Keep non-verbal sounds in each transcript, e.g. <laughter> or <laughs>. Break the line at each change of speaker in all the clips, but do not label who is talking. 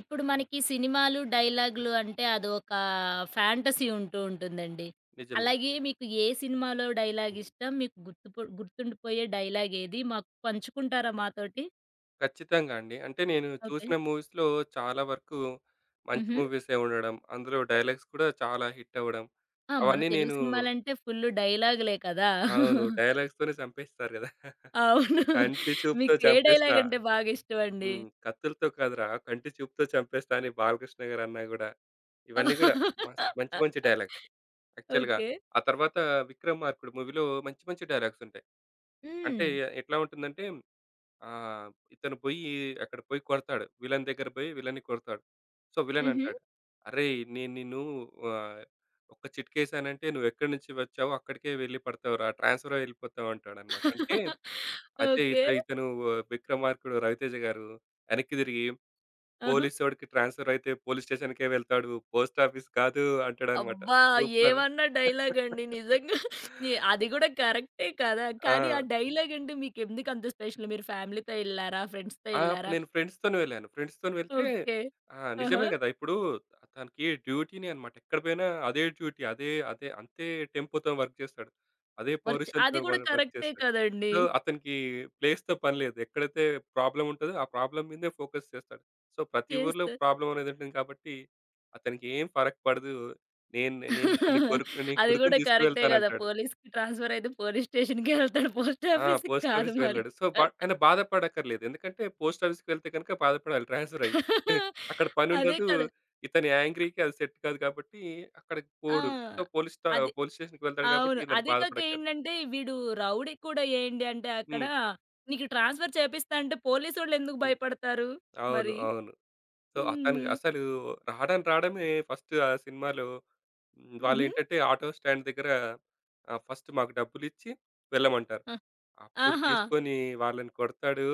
ఇప్పుడు మనకి సినిమాలు, డైలాగులు అంటే అదొక ఫ్యాంటసీ ఉంటూ ఉంటుందండి.
నిజమే అండి.
అలాగే మీకు ఏ సినిమాలో డైలాగ్ ఇష్టం? మీకు గుర్తుండిపోయే డైలాగ్ ఏది? మాకు పంచుకుంటారా మాతోటి?
ఖచ్చితంగా అండి. అంటే నేను
ఓకే.
చూసిన మూవీస్‌లో చాలా వరకు మంచి
హుహు.
మూవీసే ఉండడం. అందులో డైలాగ్స్ కూడా చాలా హిట్ అవ్వడం.
ఆ! మన
అవన్నీ
తెలుగు
నేను
సినిమాలంటే ఫుల్లు డైలాగులే కదా!
అవును.
<laughs>
డైలాగ్స్‌తోనే చంపేస్తారు గదా! <laughs>
అవును.
కంటి చూపుతో
మీకు ఏ
చంపేస్తా.
డైలాగ్ అంటే బాగా ఇష్టమండి?
హ్మ్. కత్తులతో కాదురా కంటి చూపుతో చంపేస్తా అని 'బాలకృష్ణ' గారు అన్నా గూడా ఇవన్నీ గూడా మస్త్ మంచి మంచి డైలాగ్స్ యాక్చువల్‌గా.
ఓకే.
ఆ తర్వాత 'విక్రమార్కుడు' మూవీలో మంచి మంచి డైలాగ్స్ ఉంటాయి. అంటే
హ్మ్.
ఎట్లా ఉంటుందంటే, ఆ, ఇతను పోయి అక్కడ పోయి కొడతాడు. విలన్ దగ్గర పోయి విలన్‌ని కొడతాడు. సో, విలన్
హుహు.
అంటాడు, "అరేయ్! నేను నిన్ను, ఆహ్, ఒక్క చిటికేసానంటే నువ్వెక్కడి నుంచి వచ్చావో అక్కడికే వెళ్లి పడతావురా! ట్రాన్స్‌ఫర్ అయి వెళ్ళిపోతావు" అంటాడన్నమాట. అంటే అయితే
ఓకే.
ఇతను, ఆ, విక్రమార్కుడు రవితేజ గారు వెనక్కి తిరిగి
ఆహా!
పోలీసోడికి ట్రాన్స్‌ఫర్ అయితే పోలీస్ స్టేషన్‌కే వెళ్తాడు. పోస్ట్ ఆఫీస్ కాదు అంటాడన్నమాట.
అబ్బా!
సూపర్!
ఏమన్నా డైలాగ్ అండి నిజంగా.
<laughs>
అది గూడా కరెక్టే కదా! కానీ ఆ
ఆ!
డైలాగ్ అంటే మీకెందుకంత స్పెషల్? మీరు ఫ్యామిలీతో ఎళ్లారా? ఫ్రెండ్స్‌తో
ఆ! అప్పుడు
ఎళ్లారా?
నేను ఫ్రెండ్స్‌తోనే వెళ్ళాను. ఫ్రెండ్స్‌తోని వెళ్తే
ఓకే.
ఆ!
ఆహా!
నిజమే గదా! ఇప్పుడు తనకి డ్యూటీనే అన్నమాట. ఎక్కడ పోయినా అదే డ్యూటీ. అదే అదే అంతే టెంపోతో వర్క్ చేస్తాడు. అదే పౌరుషంతో
అది గూడా
వర్క్ వర్క్
కరెక్టే
చేస్తాడు.
కదండీ!
సో, అతనికి ప్లేస్‌తో పని లేదు. ఎక్కడైతే ప్రాబ్లమ్ ఉంటదో ఆ ప్రాబ్లమ్ మీదే ఫోకస్ చేస్తాడు. సో, ప్రతి ఊర్లో
చేస్తే.
ప్రాబ్లమ్ అనేది ఉంటుంది కాబట్టి అతనికి ఏం ఫరక్ పడదు. నేనిప్పుడు నీ కొడుకు నీ
<laughs> అది
కొడుకుని
గూడా కరెక్టే గదా!
తీసుకువెళ్తానంటాడు.
పోలీస్‌కి ట్రాన్స్‌ఫర్ అయితే పోలీస్ స్టేషన్‌కెళ్తాడు. పోస్ట్
ఆ!
ఆఫీస్‌కి
పోస్ట్
కాదు
ఆఫీస్‌కి
మరి.
వెళ్ళాడు. సో, ఆయన బాధపడక్కర్లేదు. ఎందుకంటే పోస్ట్ ఆఫీస్‌కి వెళ్తే గనుక బాధపడాలి ట్రాన్స్‌ఫర్ అయ్యి. <laughs>
<laughs>
అక్కడ
అదే
పనుండదు.
కదా!
ఇతని యాంగ్రీకి అది సెట్ కాదు కాబట్టి అక్కడికి
ఆ!
పోడు. సో,
అది
పోలీస్ స్టేషన్‌కి వెళ్తాడు కాబట్టి
అవును.
ఇతను
అదే కాక
బాధపడక్కర్లేదు.
ఏంటంటే వీడు రౌడీ కూడా ఏంటి అంటే అక్కడ
హ్మ్.
నీకు ట్రాన్స్‌ఫర్ చేపిస్తా అంటే పోలీసోళ్ళెందుకు
హ్మ్.
భయపడతారు
అవును,
మరి?
అవును. సో, అతను
హ్మ్.
అసలు రాడమే ఫస్ట్ ఆ సినిమాలో. హ్మ్.
హుహు.
వాళ్ళేంటంటే ఆటో స్టాండ్ దగ్గర, ఆహ్, ఫస్ట్ మాకు డబ్బులిచ్చి వెళ్ళమంటారు.
ఆ!
అప్పుడు
ఆహా!
తీసుకొని వాళ్ళని కొడతాడు.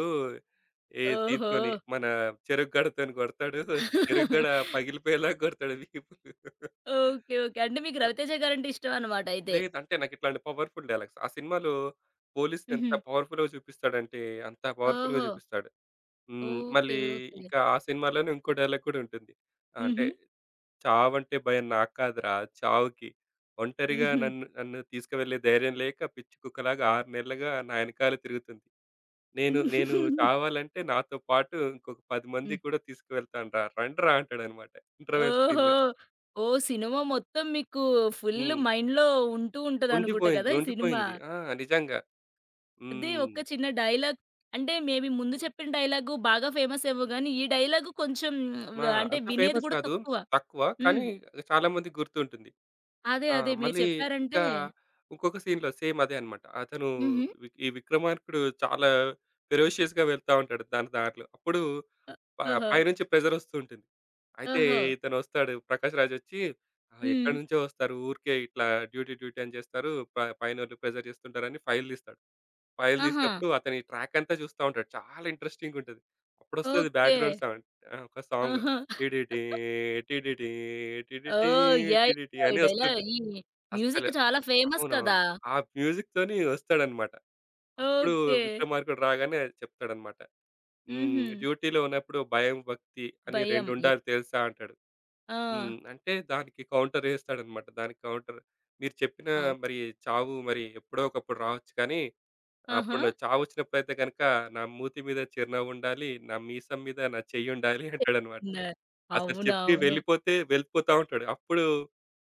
ఏ
ఓహో!
దీంతోని మన చెరకుగడతోని కొడతాడు. చెరకుగడ
<laughs>
పగిలిపోయేలాగా కొడతాడు వీపులు.
ఓకే. ఓకే. అంటే మీకు 'రవితేజ' గారంటే ఇష్టం అన్నమాట అయితే.
లేదు అంటే నాకిట్లాంటి పవర్‌ఫుల్ డైలాగ్స్. ఆ సినిమాలో పోలీస్‌ని ఎంత
హుహు.
పవర్‌ఫుల్‌గా చూపిస్తాడంటే అంత పవర్‌ఫుల్‌గా
ఓహో!
చూపిస్తాడు. హ్మ్.
ఓకే.
మళ్ళీ
ఓకే.
ఇంకా ఆ సినిమాలోనే ఇంకో డైలాగ్ కూడా ఉంటుంది. ఆ, అంటే
హుహు.
చావంటే భయం నాకు కాదురా చావుకి. ఒంటరిగా
హుహు.
నన్ను నన్ను తీసుకువెళ్ళే ధైర్యం లేక పిచ్చి కుక్కలాగా 6 నెలలుగా నా ఎనకాల తిరుగుతుంది. నేను నేను
హ్మ్. <laughs>
చావాలంటే నాతో పాటు ఇంకొక 10 మంది కూడా తీసుకువెళ్తాను రా. రండ్రా అంటాడనమాట. ఇంటర్వెల్
ఓహో!
సీన్‌లో.
ఓహ్! సినిమా మొత్తం మీకు ఫుల్
హ్మ్.
మైండ్‌లో ఉంటూ ఉంటదనుకుంట
ఉండిపోయింది.
కదా! ఈ సినిమా.
ఉండిపోయింది. ఆ! నిజంగా.
అదే
హ్మ్.
ఒక్క చిన్న డైలాగ్ అంటే మేబీ ముందు చెప్పిన డైలాగు బాగా ఫేమస్ ఏమో గానీ, ఈ డైలాగు కొంచెం
ఆ!
అంటే
అంత
వినేది
ఫేమస్
గూడా
కాదు.
తక్కువ.
తక్కువ.
హ్మ్.
కానీ చాలా మందికి గుర్తుంటుంది.
అదే.
ఆ!
అదే. మీరు
మళ్ళీ
చెప్పారంటే
ఇంకా ఇంకొక సీన్‌లో సేమ్ అదే అన్నమాట. అతను
హుహు.
ఈ విక్రమార్కుడు చాలా ఫెరోషియస్‌గా వెళ్తా ఉంటాడు దాని దారిలో. అప్పుడు
అ
ప
ఓహో!
పైనుంచి ప్రెషర్ వస్తూ ఉంటుంది. అయితే
ఓహో!
ఇతనొస్తాడు ప్రకాష్ రాజ్ వచ్చి, ఆహ్,
హ్మ్.
ఎక్కడి నుంచో వస్తారు. ఊరికే ఇట్లా డ్యూటీ, డ్యూటీ అని చేస్తారు. పైనోళ్ళు ప్రెషర్ చేస్తుంటారని ఫైల్ తీస్తాడు. ఫైల్
ఆహా!
తీసినప్పుడు అతని ట్రాక్ అంతా చూస్తా ఉంటాడు. చాలా ఇంట్రెస్టింగ్‌గా ఉంటది. అప్పుడొస్తది
ఓకే.
Background sound. ఆ! ఒక సాంగ్
ఆహా!
టిడిటీ, టిడిటీ, టిడిటీ,
ఓహ్! యాహ్!
టిడిటీ
యాహ్! ఈ
అని
డైలాగ్
వస్తుంటది.
ఈ
అస్సలు
మ్యూజిక్ చాలా ఫేమస్ కదా!
అవునవును. ఆ మ్యూజిక్‌తోని వస్తాడన్నమాట. అప్పుడు
ఓకే.
విక్రమార్కుడు రాగానే చెప్తాడన్నమాట. హ్మ్.
హుహు.
డ్యూటీలో ఉన్నప్పుడు భయం, భక్తి అని
భయం. యెస్.
రెండుండాలి తెలుసా అంటాడు.
ఆ!
హ్మ్. అంటే దానికి కౌంటర్ ఏస్తాడనమాట. దానికి కౌంటర్ మీరు చెప్పిన
అవ్
మరి చావు మరి ఎప్పుడో ఒకప్పుడు రావచ్చు కానీ,
ఆహా!
అప్పుడు చావొచ్చినప్పుడైతే గనక నా మూతి మీద చిరునవ్వుండాలి, నా మీసం మీద నా చెయ్యుండాలి అంటాడనమాట.
చెప్తున్నారు.
అసలు చెప్పి
అవునవును.
వెళ్ళిపోతే వెళ్ళిపోతా ఉంటాడు. అప్పుడు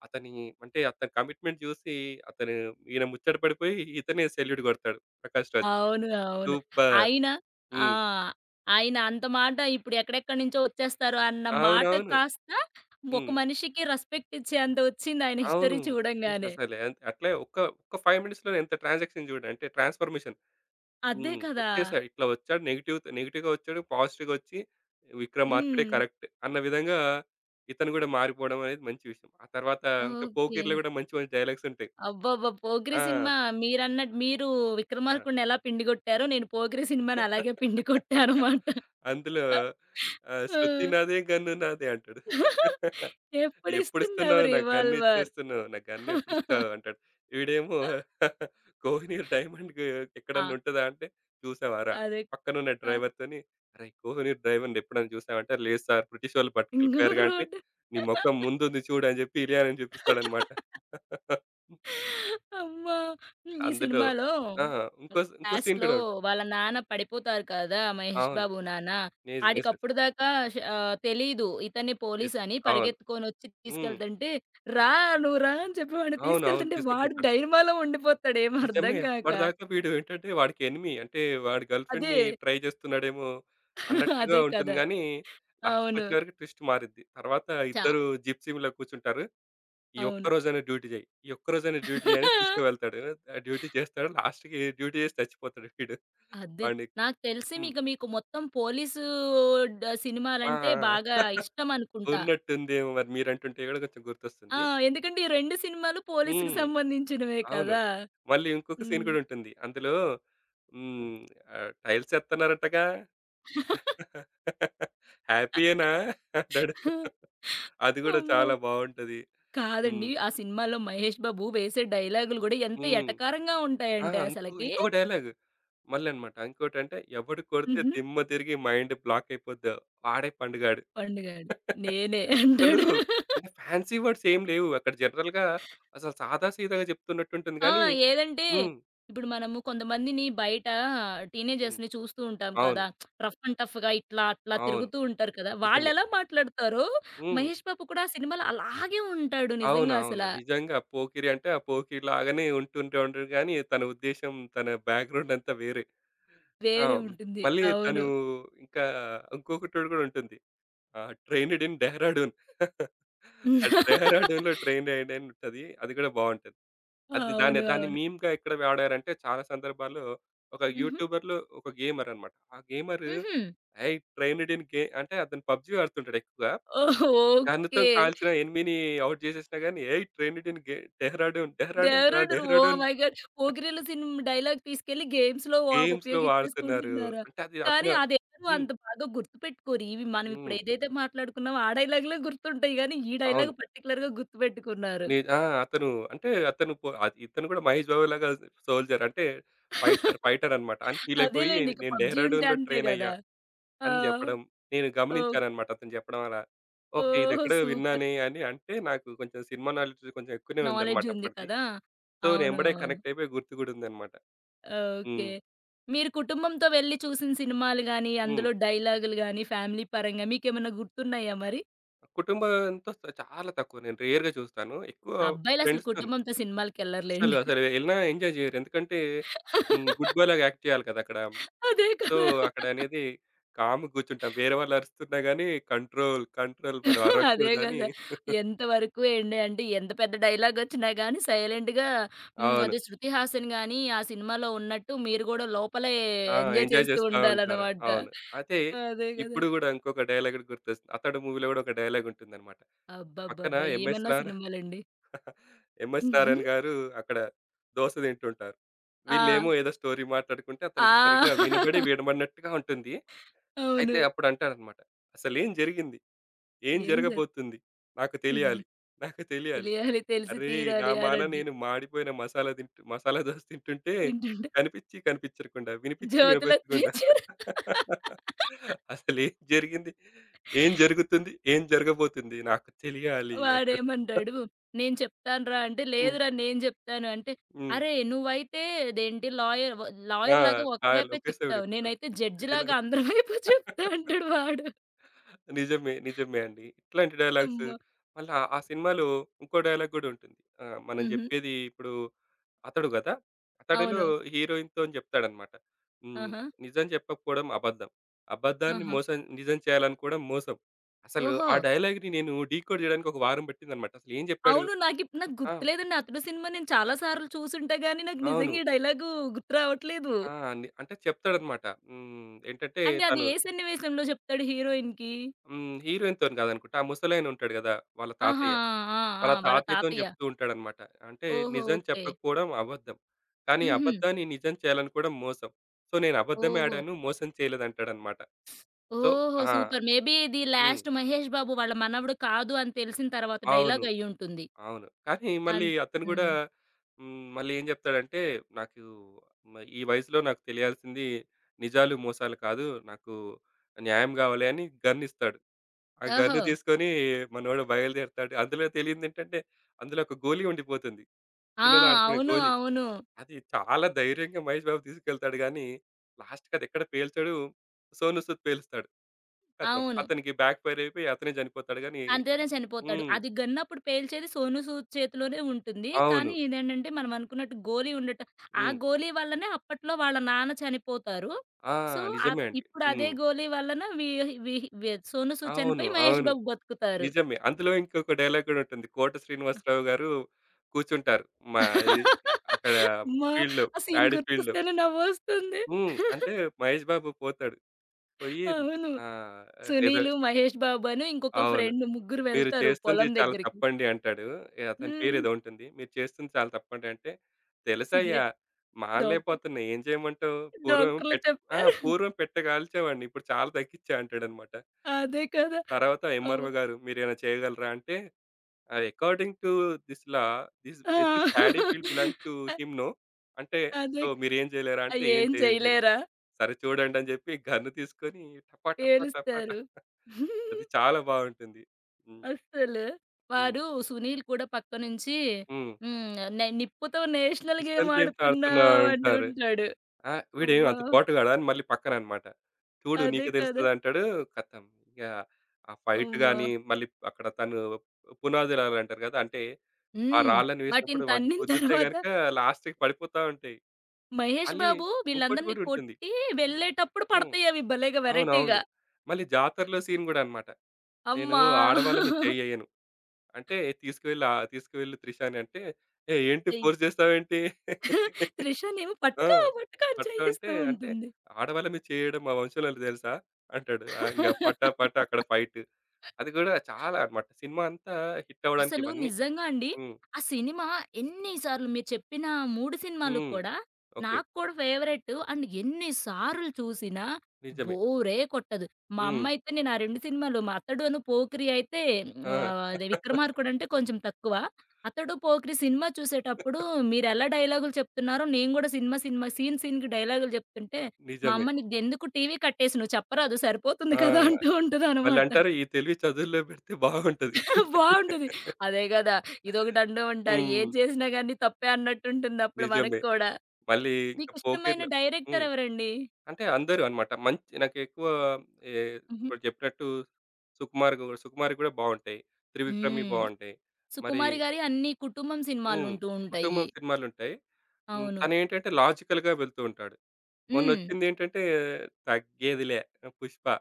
అతని, అంటే అతని కమిట్మెంట్ చూసి అతను ఈయన ముచ్చట పడిపోయి ఇతనే సెల్యూట్ కొడతాడు 'ప్రకాష్ రాజ్'.
అవును. అవును.
సూపర్!
ఆయన ఆ!
హ్మ్.
ఆయన అంత మాట ఇప్పుడు ఎక్కడెక్కడి నుంచో వచ్చేస్తారు అన్న మాట
అవునవును.
కాస్త ఒక
హ్మ్.
మనిషికి రెస్పెక్ట్ ఇచ్చేంత వచ్చింది ఆయన
అవును.
హిస్టరీ చూడంగానే.
అసలు అట్లే ఒక్క 5 మినిట్స్‌లోనే ఎంత ట్రాన్సాక్షన్ చూడండి. అంటే ట్రాన్స్‌ఫర్మేషన్.
అదే
హ్మ్.
కదా!
వచ్చేసాయి. ఇట్లా వచ్చాడు నెగెటివ్‌గా వచ్చాడు. పాజిటివ్‌గా వచ్చి విక్రమార్కుడే
హ్మ్.
కరెక్ట్ అన్న విధంగా ఇతను కూడా మారిపోవడం అనేది మంచి విషయం. ఆ తర్వాత ఇంకా
ఓకే.
పోకిరిలో కూడా మంచి మంచి డైలాగ్స్ ఉంటాయి.
అబ్బబ్బా! 'పోకిరి'
ఆ!
సినిమా మీరన్నట్టు మీరు
ఆ!
'విక్రమార్కుడిని' ఎలా పిండి కొట్టారో నేను 'పోకిరి' సినిమాని అలాగే పిండి
<laughs>
కొట్టానమాట.
అందులో, ఆహ్,
ఆ!
శృతి నాదే, గన్ను నాదే అంటాడు. <laughs>
ఎప్పుడిస్తున్నావు
ఎప్పుడిస్తున్నావు? నా గన్ను
రివాల్వర్?
ఇచ్చేస్తున్నావు. నా గన్ను ఎప్పుడిస్తావు అంటాడు. వీడేమో <laughs> కోహినూర్ డైమండ్‌కి ఎక్కడన్నా
ఆ!
ఉంటదా అంటే, చూసావారా?
అదే.
పక్కనున్న
ఆ!
డ్రైవర్‌తోని అరేయ్! కోహినూర్ డైమండ్ ఎప్పుడైనా చూసావా? అంటే, లేదు సార్ బ్రిటిష్ వాళ్ళు
ఇంగో
పట్టుకెళ్ళిపోయారుగా అంటే,
రోడ్.
నీ మొఖం ముందుంది చూడు అని చెప్పి ఇలియానాని చూపిస్తాడనమాట. <laughs>
అమ్మా! హ్మ్. ఈ
అందులో
సినిమాలో
ఆ! ఇంకో ఇంకో సీన్
లాస్ట్‌లో
కూడా ఉంటుంది.
వాళ్ళ నాన్న పడిపోతారు కదా! మహేష్
అవును.
బాబు నాన్న.
యెస్.
ఆడికి
యెస్.
అప్పటిదాకా తెలీదు ఇతనే పోలీస్
యెస్.
అని.
అవును.
పరిగెత్తుకొనొచ్చి
హ్మ్.
తీసుకెళ్తుంటే, "రా నువ్వు రా" అని చెప్పి వాడిని
అవును, అవును.
తీసుకెళ్తుంటే వాడు
తీసుకుపోతాడు.
డైనమాలో ఉండిపోతాడు ఏం
నిజమే.
అర్థం కాక.
అప్పటిదాకా వీడు ఏంటంటే వాడికి ఎనిమీ. అంటే వాడి గర్ల్
అదే.
ఫ్రెండ్‌ని ట్రై చేస్తున్నాడేమో అన్నట్టుగా
అదే
ఉంటుంది
కదా!
గానీ,
అవును.
లాస్ట్‌కొచ్చేవరకు ట్విస్ట్ మారిద్ది. తర్వాత
చా
ఇద్దరు జిప్సీలో కూర్చుంటారు. "ఈ ఒక్క రోజైనా డ్యూటీ చేయి. ఈ ఒక్క రోజైనా డ్యూటీ చేయి" అని
అవును.
తీసుకువెళ్తాడు. ఆ డ్యూటీ చేస్తాడు. లాస్ట్‌కి డ్యూటీ చేసి చచ్చిపోతాడు వీడు.
అదే.
వాడిని
నాకు తెలిసి
హ్మ్.
మీకు మొత్తం పోలీసు
ఆ!
సినిమాలంటే బాగా
<laughs> ఆ!
ఇష్టమనుకుంటా.
ఉన్నట్టుందేమో మరి మీరంటుంటే కూడా కొంచెం
ఆ!
గుర్తొస్తుంది.
ఎందుకంటే ఈ 2 సినిమాలు పోలీస్‌కి
హ్మ్.
సంబంధించినవే
అవును.
కదా!
మళ్ళీ ఇంకొక సీన్
హ్మ్.
కూడా ఉంటుంది. అందులో హ్మ్. ఆహ్, టైల్స్ ఎత్తన్నారంటగా?
<laughs>
హ్యాపీయేనా అంటాడు. అది గూడా
అమ్మో!
చాలా బావుంటది. హ్మ్.
కాదండి. ఆ సినిమాలో మహేష్ బాబు వేసే డైలాగులు గూడా ఎంత
హ్మ్.
ఎటకారంగా
ఆ!
ఉంటాయంటే అసలకి.
ఇంకొక డైలాగ్ మళ్ళీ అన్నమాట. ఇంకోటంటే ఎవడు కొడితే
హుహు.
దిమ్మ తిరిగి మైండ్ బ్లాక్ అయిపోద్దో వాడే పండుగాడు.
పండుగాడు నేనే
అసలు
అంటాడు.
అంటే ఫ్యాన్సీ వర్డ్స్ ఏం లేవు. అక్కడ జనరల్‌గా అసలు సాదా సీదాగా చెప్తున్నట్టుంటుంది
ఆ!
గానీ
ఏదంటే,
హ్మ్.
ఇప్పుడు మనము కొంతమందిని బయట
హ్మ్.
టీనేజర్స్‌ని చూస్తూ ఉంటాం
అవును,
కదా! రఫ్ అండ్ టఫ్‌గా ఇట్లా, అట్లా
అవును.
తిరుగుతూ ఉంటారు కదా!
నిజమే.
వాళ్ళెలా మాట్లాడతారో,
హ్మ్.
మహేష్ బాబు కూడా ఆ సినిమాలో అలాగే ఉంటాడు నిజంగా
అవునవును.
అసల.
నిజంగా పోకిరి అంటే, ఆ పోకిరి లాగానే ఉంటుంటే ఉంటాడు గానీ, తన ఉద్దేశ్యం, తన బ్యాక్‌గ్రౌండ్ అంతా వేరే. ఆ!
వేరే ఉంటుంది.
మళ్ళీ
అవును.
తను ఇంకా ఇంకొకటోడు గూడా ఉంటుంది. ఆహ్, ట్రైన్‌డ్ ఇన్ డెహ్రాడూన్. <laughs> ఆ డెహ్రాడూన్‌లో
<laughs>
ట్రైన్‌డ్ అయ్యాడు అని ఉంటది. అది గూడా బావుంటది. అది
అవును.
దాన్ని
అవును.
మీమ్‌గా ఎక్కడ వాడారంటే, చాలా సందర్భాల్లో ఒక
హుహు.
యూట్యూబర్‌లు, ఒక గేమర్ అన్నమాట. ఆ గేమరు,
హుహు.
"ఏయ్! ట్రైన్‌డ్ ఇన్ గే" అంటే అతను పబ్‌జీ ఆడుతుంటాడు ఎక్కువగా.
ఓహ్! ఓకే.
గన్నుతోని కాల్చిన ఎనిమిని ఔట్ జేసేసినా గాని, "ఏయ్! ట్రెండిటిన్ గే డెహ్రాడూన్, డెహ్రాడూన్ రా
ఓ
డెహ్రాడూన్
మై గాడ్! 'పోకిరిల్లు' సినిమా డైలాగ్ తీసుకెళ్ళి గేమ్స్‌లో
గేమ్స్‌లో వాడుతున్నారు."
ఉపయోగించేసుకుంటున్నారా?
అంటే అది
కానీ
అతను
అదెవరు
హ్మ్.
అంత బాగా గుర్తుపెట్టుకోరు. ఇవి మనం
హ్మ్.
ఇప్పుడు ఏదైతే మాట్లాడుకున్నామో ఆ డైలాగులే గుర్తుంటాయి గానీ, ఈ
అవును.
డైలాగ్ పర్టిక్యులర్‌గా గుర్తుపెట్టుకున్నారు.
ఆ! అతను అంటే అతను ఆహ్, ఇతను కూడా 'మహేష్ బాబు' లాగా సోల్జర్ అంటే ఫైటర్ అన్నమాట. అని ఫీల్ అయిపోయి
అదేలెండి. ఇక
నేను
'పబ్‌జీ' ఉంటే
డెహ్రాడూన్‌లో
అంతే
ట్రైన్ అయ్యా
గదా! ఆ!
అని చెప్పడం. నేను
ఓహ్!
గమనించానన్నమాట అతను చెప్పడం అలా. ఓకే.
ఓహ్!
ఇదెక్కడో
సూపర్.
విన్నానే అని అంటే నాకు కొంచెం సినిమా నాలెడ్జ్ కొంచెం ఎక్కువనే
నాలెడ్జ్
ఉందన్నమాట
ఉంది
అప్పటిది.
కదా!
సో, నేను ఎంబడే
అవునవును.
కనెక్ట్ అయిపోయి గుర్తు కూడా ఉందన్నమాట.
ఓకే.
హ్మ్.
మీరు కుటుంబంతో వెళ్లి చూసిన సినిమాలు గాని,
హ్మ్.
అందులో డైలాగులు గాని, ఫ్యామిలీ పరంగా మీకేమన్నా గుర్తున్నాయా మరి?
కుటుంబంతో చాలా తక్కువ. నేను రేర్‌గా చూస్తాను. ఎక్కువ
అబ్బాయిలసలు
ఫ్రెండ్స్‌తోని.
కుటుంబంతో
అస్సలు,
సినిమాలకెళ్ళరులెండి.
అసలు ఎళ్ళినా ఎంజాయ్ చేయరు. ఎందుకంటే హ్మ్. గుడ్ బాయ్ లాగా యాక్ట్ చేయాలి కదా! అక్కడ.
అదే
సో,
కదా!
అక్కడ అనేది కామ్‌గా కూర్చుంటాం. వేరే వాళ్ళు అరుస్తున్నా గాని కంట్రోల్ మనం
అదే
అరవకూడదని
కదా! ఎంతవరకు ఏండి అంటే ఎంత పెద్ద డైలాగొచ్చినా గానీ సైలెంట్‌గా హ్మ్.
అవును.
అదే 'శృతి హాసన్' గాని ఆ సినిమాలో ఉన్నట్టు మీరు గూడా లోపలే
ఆ!
ఎంజాయ్
ఎంజాయ్
చేస్తూ
చేస్తా ఉంటారు.
ఉండాలనమాట.
అవును. అయితే
అదే గదా!
ఇప్పుడు గూడా ఇంకొక డైలాగ్ గుర్తొస్తుంది. 'అతడు' మూవీలో గూడా ఒక డైలాగ్ ఉంటుందన్నమాట. పక్కన
అబ్బబ్బబ్బా! ఏమన్నా సినిమాలండి.
ఎంఎస్ నారాయణ గారు అక్కడ దోస తింటుంటారు.
ఆ!
వీళ్ళేమో ఏదో స్టోరీ మాట్లాడుకుంటే
ఆ!
అతనికి సరిగ్గా వినబడి, వినబడినట్టుగా ఉంటుంది. అయితే
అవును.
అప్పుడు అంటాడన్నమాట. "అసలేం జరిగింది? ఏం
ఏం జరు
జరగబోతుంది? నాకు తెలియాలి. నాకు తెలియాలి.
తెలియాలి తెలిసి
అరేయ్! నా
తీరాలి
మాన
అనంటు
నేను మాడిపోయిన మసాలా దోస తింటుంటే
ఏంటంటే
కనిపిచ్చి కనిపించకుండా, వినిపిచ్చి వినిపించకుండా
'జ్యోతిలక్ష్మి' చీర.
<laughs> అసలేం జరిగింది? ఏం జరుగుతుంది? ఏం జరగబోతుంది? నాకు తెలియాలి" అంటాడు.
వాడేమంటాడు,
<laughs>
"నేను చెప్తానురా" అంటే,
హ్మ్.
"లేదురా నేను జెప్తాను" అంటే,
హ్మ్.
"అరే! నువ్వైతే అదేంటి
ఆ!
లాయర్‌లాగా ఒక
లాయర్‌లు
వైపే చెప్తావు.
ఒకేసావిడిప్పుడు.
నేనైతే
జడ్జి‌లా
జడ్జిలాగా అందరి వైపు చెప్తా"
<laughs>
అంటాడు వాడు.
నిజమే. నిజమే అండి. ఇట్లాంటి డైలాగ్స్
అమ్మో!
మళ్ళా ఆ సినిమాలో ఇంకో డైలాగ్ గూడా ఉంటుంది. ఆహ్, మనం
హుహు.
జెప్పేది ఇప్పుడు అతడు గదా! అతడులో
అవును.
హీరోయిన్‌తోని జెప్తాడనమాట. హ్మ్.
ఆహా!
నిజం జెప్పకపోవడం అబద్ధం. అబద్ధాన్ని
ఆహా!
మోసం నిజం చేయాలనుకోవడం మోసం. అసలు
ఓహో!
ఆ డైలాగ్‌ని నేను డీకోడ్ జేయడానికి ఒక వారం బట్టిందనమాట. అసలేం జెప్పాడు?
అవును. నాకు
ఆ!
గుర్తులేదండి. 'అతడు' సినిమా నేను చాలా సార్లు చూసుంటా గానీ, నాకు
అవును.
నిజంగా ఈ డైలాగు గుర్తు రావట్లేదు.
ఆ! అంటే చెప్తాడనమాట. హ్మ్. ఏంటంటే
అంటే అది
తను
ఏ సన్నివేశంలో చెప్తాడు హీరోయిన్‌కి?
హ్మ్. హీరోయిన్‌తోని గాదనుకుంటా. ఆ ముసలాయన ఉంటాడు గదా! వాళ్ళ
ఆహా!
తాతయ్య.
ఆ! ఆ!
వాళ్ళ
వాళ్ళ
తాతయ్యతోని
తాతయ్య.
జెప్తూ ఉంటాడనమాట. అంటే
ఓహో!
నిజం
ఓకే.
చెప్పకపోవడం అబద్ధం. కానీ
హుహు.
అబద్ధాన్ని నిజం చేయాలనుకోవడం మోసం. సో, నేను అబద్ధమే
ఓహో!
ఆడాను. మోసం చేయలేదంటాడనమాట. సో
ఓహో!
ఆ!
సూపర్. మేబీ ఇది
హ్మ్.
లాస్ట్ 'మహేష్ బాబు' వాళ్ళ మనవడు కాదు అని తెలిసిన తర్వాత
అవును,
డైలాగ్ అయ్యుంటుంది.
అవును. కానీ మళ్ళీ
అన్
అతను గూడా
హ్మ్.
హ్మ్. మళ్ళీ ఏం జెప్తాడంటే, నాకు ఈ వయసులో నాకు తెలియాల్సింది నిజాలు, మోసాలు కాదు. నాకు న్యాయం గావాలి అని గన్నిస్తాడు. ఆ
ఓహో!
గన్ను తీసుకొని మనోడు బయలుదేరుతాడు. అందులో తెలియనిదేంటంటే, అందులో ఒక గోలీ ఉండిపోతుంది.
ఆ!
పిల్లలు ఆడుకునే
అవును.
గోలీ.
అవును.
అది చాలా ధైర్యంగా మహేష్ బాబు తీసుకెళ్తాడు గానీ, లాస్ట్‌కి అదెక్కడ పేల్చడు. సోనూ సూద్ పేలుస్తాడు. ఖతం.
అవును.
అతనికి బ్యాక్ ఫైర్ అయిపోయి అతనే చనిపోతాడు గానీ
అంతేనే చనిపోతాడు.
హ్మ్.
అది గన్నప్పుడు పేల్చేది సోనూ సూద్ చేతిలోనే ఉంటుంది.
అవును.
కానీ ఇదేంటంటే మనం అనుకున్నట్టు గోలీ ఉండటం ఆ
హ్మ్.
గోలీ వల్లనే అప్పట్లో వాళ్ళ నాన్న చనిపోతారు.
ఆ!
సో,
నిజమే
ఆప్
అండి.
ఇప్పుడు అదే
హ్మ్.
గోలీ వలన వి వి వి సోనూ సూద్
అవును,
చనిపోయి మహేష్
అవును.
బాబు బతుకుతారు.
నిజమే. అందులో ఇంకొక డైలాగ్ గూడా ఉంటుంది. 'కోట శ్రీనివాసరావు' గారు కూర్చుంటారు. మా అది
<laughs>
అక్కడ
అమ్మా!
ఫీల్డ్‌లో,
ఆ సీన్
ప్యాడీ ఫీల్డ్‌లో.
గుర్తొస్తేనే నవ్వొస్తుంది.
హ్మ్. అంటే 'మహేష్ బాబు' పోతాడు. పోయి,
అవును.
ఆహ్, ఏదో
'సునీలు', 'మహేష్ బాబు' అను ఇంకొక
అవును.
ఫ్రెండ్ ముగ్గురు
మీరు
వెళ్తారు
చేస్తుంది
పొలం
చాలా
దగ్గరికి.
తప్పండి అంటాడు. అతని
హ్మ్.
పేరేదో ఉంటుంది. మీరు చేస్తుంది చాలా తప్పండి అంటే, తెలుసయ్యా
సిగరెట్ డాక్టర్
మానలేకపోతున్నా ఏం చేయమంటావు? పూర్వం
డాక్టర్లు
పెట్ ఆ!
చెప్పారు.
పూర్వం పెట్ట కాల్చేవాడిని. ఇప్పుడు చాలా తగ్గించా అంటాడనమాట.
అదే కదా!
తర్వాత
అవ్వ
ఎంఆర్‌ఓ గారు మీరేమైనా చేయగలరా? అంటే, ah, according to this law this
ah!
This paddy field belong to
uh
him no. అంటే
అదే
సో మీరేం చేయలేరా? అంటే ఏం
ఏం
చేయలే.
చేయలేరా?
సరే చూడండి అని జెప్పి గన్ను తీసుకొని టపా టపా టపా.
ఏలుస్తారు.
అది చాలా బావుంటుంది. హ్మ్.
అస్సలు.
హ్మ్.
వాడు 'సునీల్' కూడా పక్క నుంచి
హ్మ్.
హ్మ్. నిప్పుతో నేషనల్
"డిజిటల్
గేమ్
గేమ్స్ ఆడుతున్నావా"
ఆడుతున్నావు
అంటారు.
అంటుంటాడు.
"ఆ! వీడేం
అబ్బా!
అంత పోటుగాడా" అని మళ్ళీ పక్కననమాట. "చూడు
అదే
నీకే
కదా!
తెలుస్తది" అంటాడు. ఖతం. ఇగ ఆ ఫైట్
అమ్మా!
గాని, మళ్ళీ అక్కడ తను పునాది రాళ్ళంటారు గదా! అంటే ఆ
హ్మ్.
రాళ్ళని వేసినప్పుడు
వాటిని
వాటిని
తన్నిన
గుద్దుతే
తర్వాత
గనుక లాస్ట్‌కి పడిపోతా ఉంటాయి.
మహేష్
మళ్ళీ
బాబు
ఇంకోటి
వీళ్ళందరిని
గూడా ఉంటుంది.
కొట్టి వెళ్ళేటప్పుడు
హ్మ్.
పడతాయవి భలేగా వెరైటీగా.
అవునవును. మళ్ళీ జాతరలో సీన్ గూడా అన్నమాట. నేను
అమ్మా!
ఆడవాళ్ళ మీద చెయ్యెయ్యను. అంటే తీసుకువెళ్ళి త్రిషాని అంటే, "ఏయ్! ఏంటి
ఎయ్
ఫోర్స్ చేస్తావేంటి?"
త్రిషనేమో
ఆ!
పట్టుకో, పట్టుకో అని
పట్టుకో
చేయిస్తూ
అంటే
ఉంటుంది.
"ఆడవాళ్ళ మీద చేయడం మా వంశంలోనే తెలుసా?" అంటాడు. ఆ! ఇంగ పటా పటా అక్కడ ఫైట్. అది కూడా చాలా అన్నమాట. సినిమా అంతా హిట్ అవ్వడానికి
అసలు
ఇవన్నీ.
నిజంగా అండి.
హ్మ్.
ఆ సినిమా ఎన్ని సార్లు మీరు చెప్పిన 3 సినిమాలు
హ్మ్.
కూడా
ఓకే.
నాకు కూడా ఫేవరెట్. అండ్ ఎన్ని సార్లు చూసినా
నిజమే.
బోరే కొట్టదు. మా
హ్మ్.
అమ్మయితే నేను ఆ 2 సినిమాలు మా 'అతడును పోకిరి' అయితే
ఆ!
ఆహ్, అదే
<laughs>
'విక్రమార్కుడు' అంటే కొంచెం తక్కువ. 'అతడు పోకిరి' సినిమా చూసేటప్పుడు మీరెలా డైలాగులు చెప్తున్నారో నేను కూడా సినిమా సినిమా సీన్‌కి డైలాగులు చెప్తుంటే మా
నిజమే.
అమ్మ "నీదెందుకు టీవీ కట్టేసి నువ్వు చెప్పరాదు సరిపోతుంది కదా!"
ఆ!
అంటూ ఉంటదనమాట.
మళ్ళంటారు "ఈ తెలివి చదువుల్లో పెడితే బాగుంటది."
బావుంటది.
<laughs>
అదే గదా! ఇదొకటంటూ ఉంటారు.
హ్మ్.
ఏది చేసినా గాని తప్పే అన్నట్టుంటుందప్పుడు మనకు
నిజమే.
కూడా.
మళ్ళీ ఇంకా
మీకిష్టమైన
పోకిరిలో
డైరెక్టర్
హ్మ్.
ఎవరండి?
అంటే అందరూ అన్నమాట. మంచి నాకెక్కువ ఏ
హుహు.
ఇప్పుడు చెప్పినట్టు 'సుకుమార్‌వి' గూడా బావుంటాయి. 'త్రివిక్రమ్‌వి'
హ్మ్.
బావుంటాయి. మరి
'సుకుమారి' గారి అన్ని కుటుంబం
హ్మ్.
సినిమాలుంటూ
కుటుంబం
ఉంటాయి.
సినిమాలుంటాయి. హ్మ్.
అవును.
తనేంటంటే లాజికల్‌గా వెళ్తూ ఉంటాడు.
హ్మ్.
మొన్నొచ్చిందేంటంటే 'తగ్గేదిలే' 'పుష్ప'.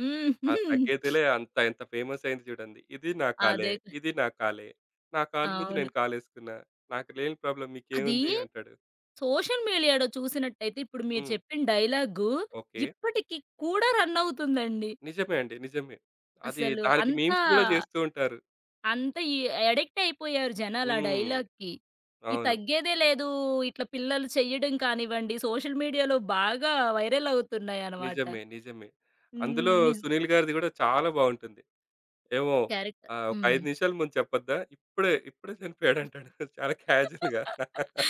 హ్మ్.
ఆ
<laughs>
'తగ్గేదిలే' అంత ఎంత ఫేమస్ అయింది చూడండి. ఇది నా కాలే,
అదే.
ఇది నా కాలే, నా కాలు మీద
అవును.
నేను కాలేసుకున్నా. నాకు లేని ప్రాబ్లమ్
అది
మీకేముంది అంటాడు.
సోషల్ మీడియాలో చూసినట్టయితే ఇప్పుడు మీరు
హ్మ్.
చెప్పిన డైలాగు
ఓకే.
ఇప్పటికి కూడా రన్ అవుతుందండి.
నిజమే అండి. నిజమే. అది
అసలు
దానికి
అంతా
మీమ్స్ గూడా జేస్తూ ఉంటారు.
అంత ఈ అడిక్ట్ అయిపోయారు జనాలు ఆ
హ్మ్.
డైలాగ్‌కి. ఇది
అవును.
తగ్గేదే లేదు. ఇట్లా పిల్లలు చెయ్యడం కానివ్వండి, సోషల్ మీడియాలో బాగా వైరల్ అవుతున్నాయనమాట.
నిజమే. నిజమే.
హ్మ్.
అందులో సునీల్ గారిది గూడా చాలా బావుంటుంది. ఏమో,
క్యారెక్టర్.
ఆహ్, ఒక
హ్మ్.
5 నిమిషాల ముందు చెప్పొద్దా? ఇప్పుడే చనిపోయాడంటాడు. <laughs> చాలా క్యాజువల్‌గా. <laughs>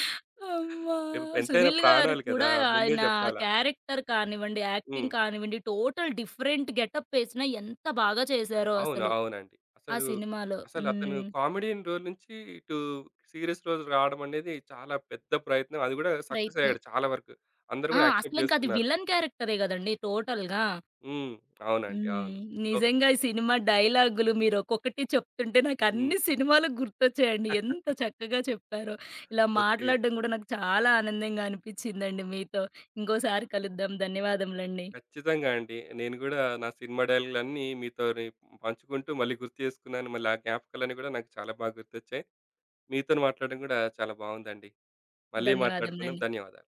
అమ్మా!
ఎంతైనా
'సునీల్' గారు
ప్రాణాలు కదా!
కూడా
ముందే
ఆయన
జెప్పాలా.
క్యారెక్టర్ కానివ్వండి,
హ్మ్.
యాక్టింగ్ కానివ్వండి టోటల్ డిఫరెంట్ గెటప్ వేసినా ఎంత బాగా చేశారో
అవును.
అసలు
అవునండి.
ఆ సినిమాలో.
అసలు అతను
హ్మ్.
కామెడీయన్ రోల్ నుంచి ఇటు సీరియస్ రోల్ రావడం అనేది చాలా పెద్ద ప్రయత్నం. అది గూడా సక్సెస్
ప్రయత్నం.
అయ్యాడు చాలా వరకు. అందరూ
ఆ!
గూడా యాక్సెప్ట్
అసలింక అది
జేస్తున్నారు.
విలన్ క్యారెక్టరే గదండీ టోటల్‌గా.
హ్మ్. అవునండి. అవును.
హ్మ్.
సో
నిజంగా ఈ సినిమా డైలాగులు మీరొక్కొక్కటి చెప్తుంటే
హ్మ్.
నాకన్ని సినిమాలు గుర్తొచ్చాయండి.
<laughs>
ఎంత చక్కగా చెప్పారో. ఇలా
ఓకే.
మాట్లాడడం గూడా నాకు చాలా ఆనందంగా అనిపిచ్చిందండి మీతో. ఇంకోసారి కలుద్దాం. ధన్యవాదములండి.
ఖచ్చితంగా అండి. నేను గూడా నా సినిమా డైలాగులన్నీ మీతోని పంచుకుంటూ మళ్ళీ గుర్తు చేసుకున్నాను. మళ్ళీ ఆ జ్ఞాపకాలన్నీ గూడా నాకు చాలా బాగా గుర్తొచ్చాయి. మీతోని మాట్లాడడం గూడా చాలా బావుందండి. మళ్ళీ మాట్లాడుకుందాం.
ధన్యవాదములండి.
ధన్యవాదాలు.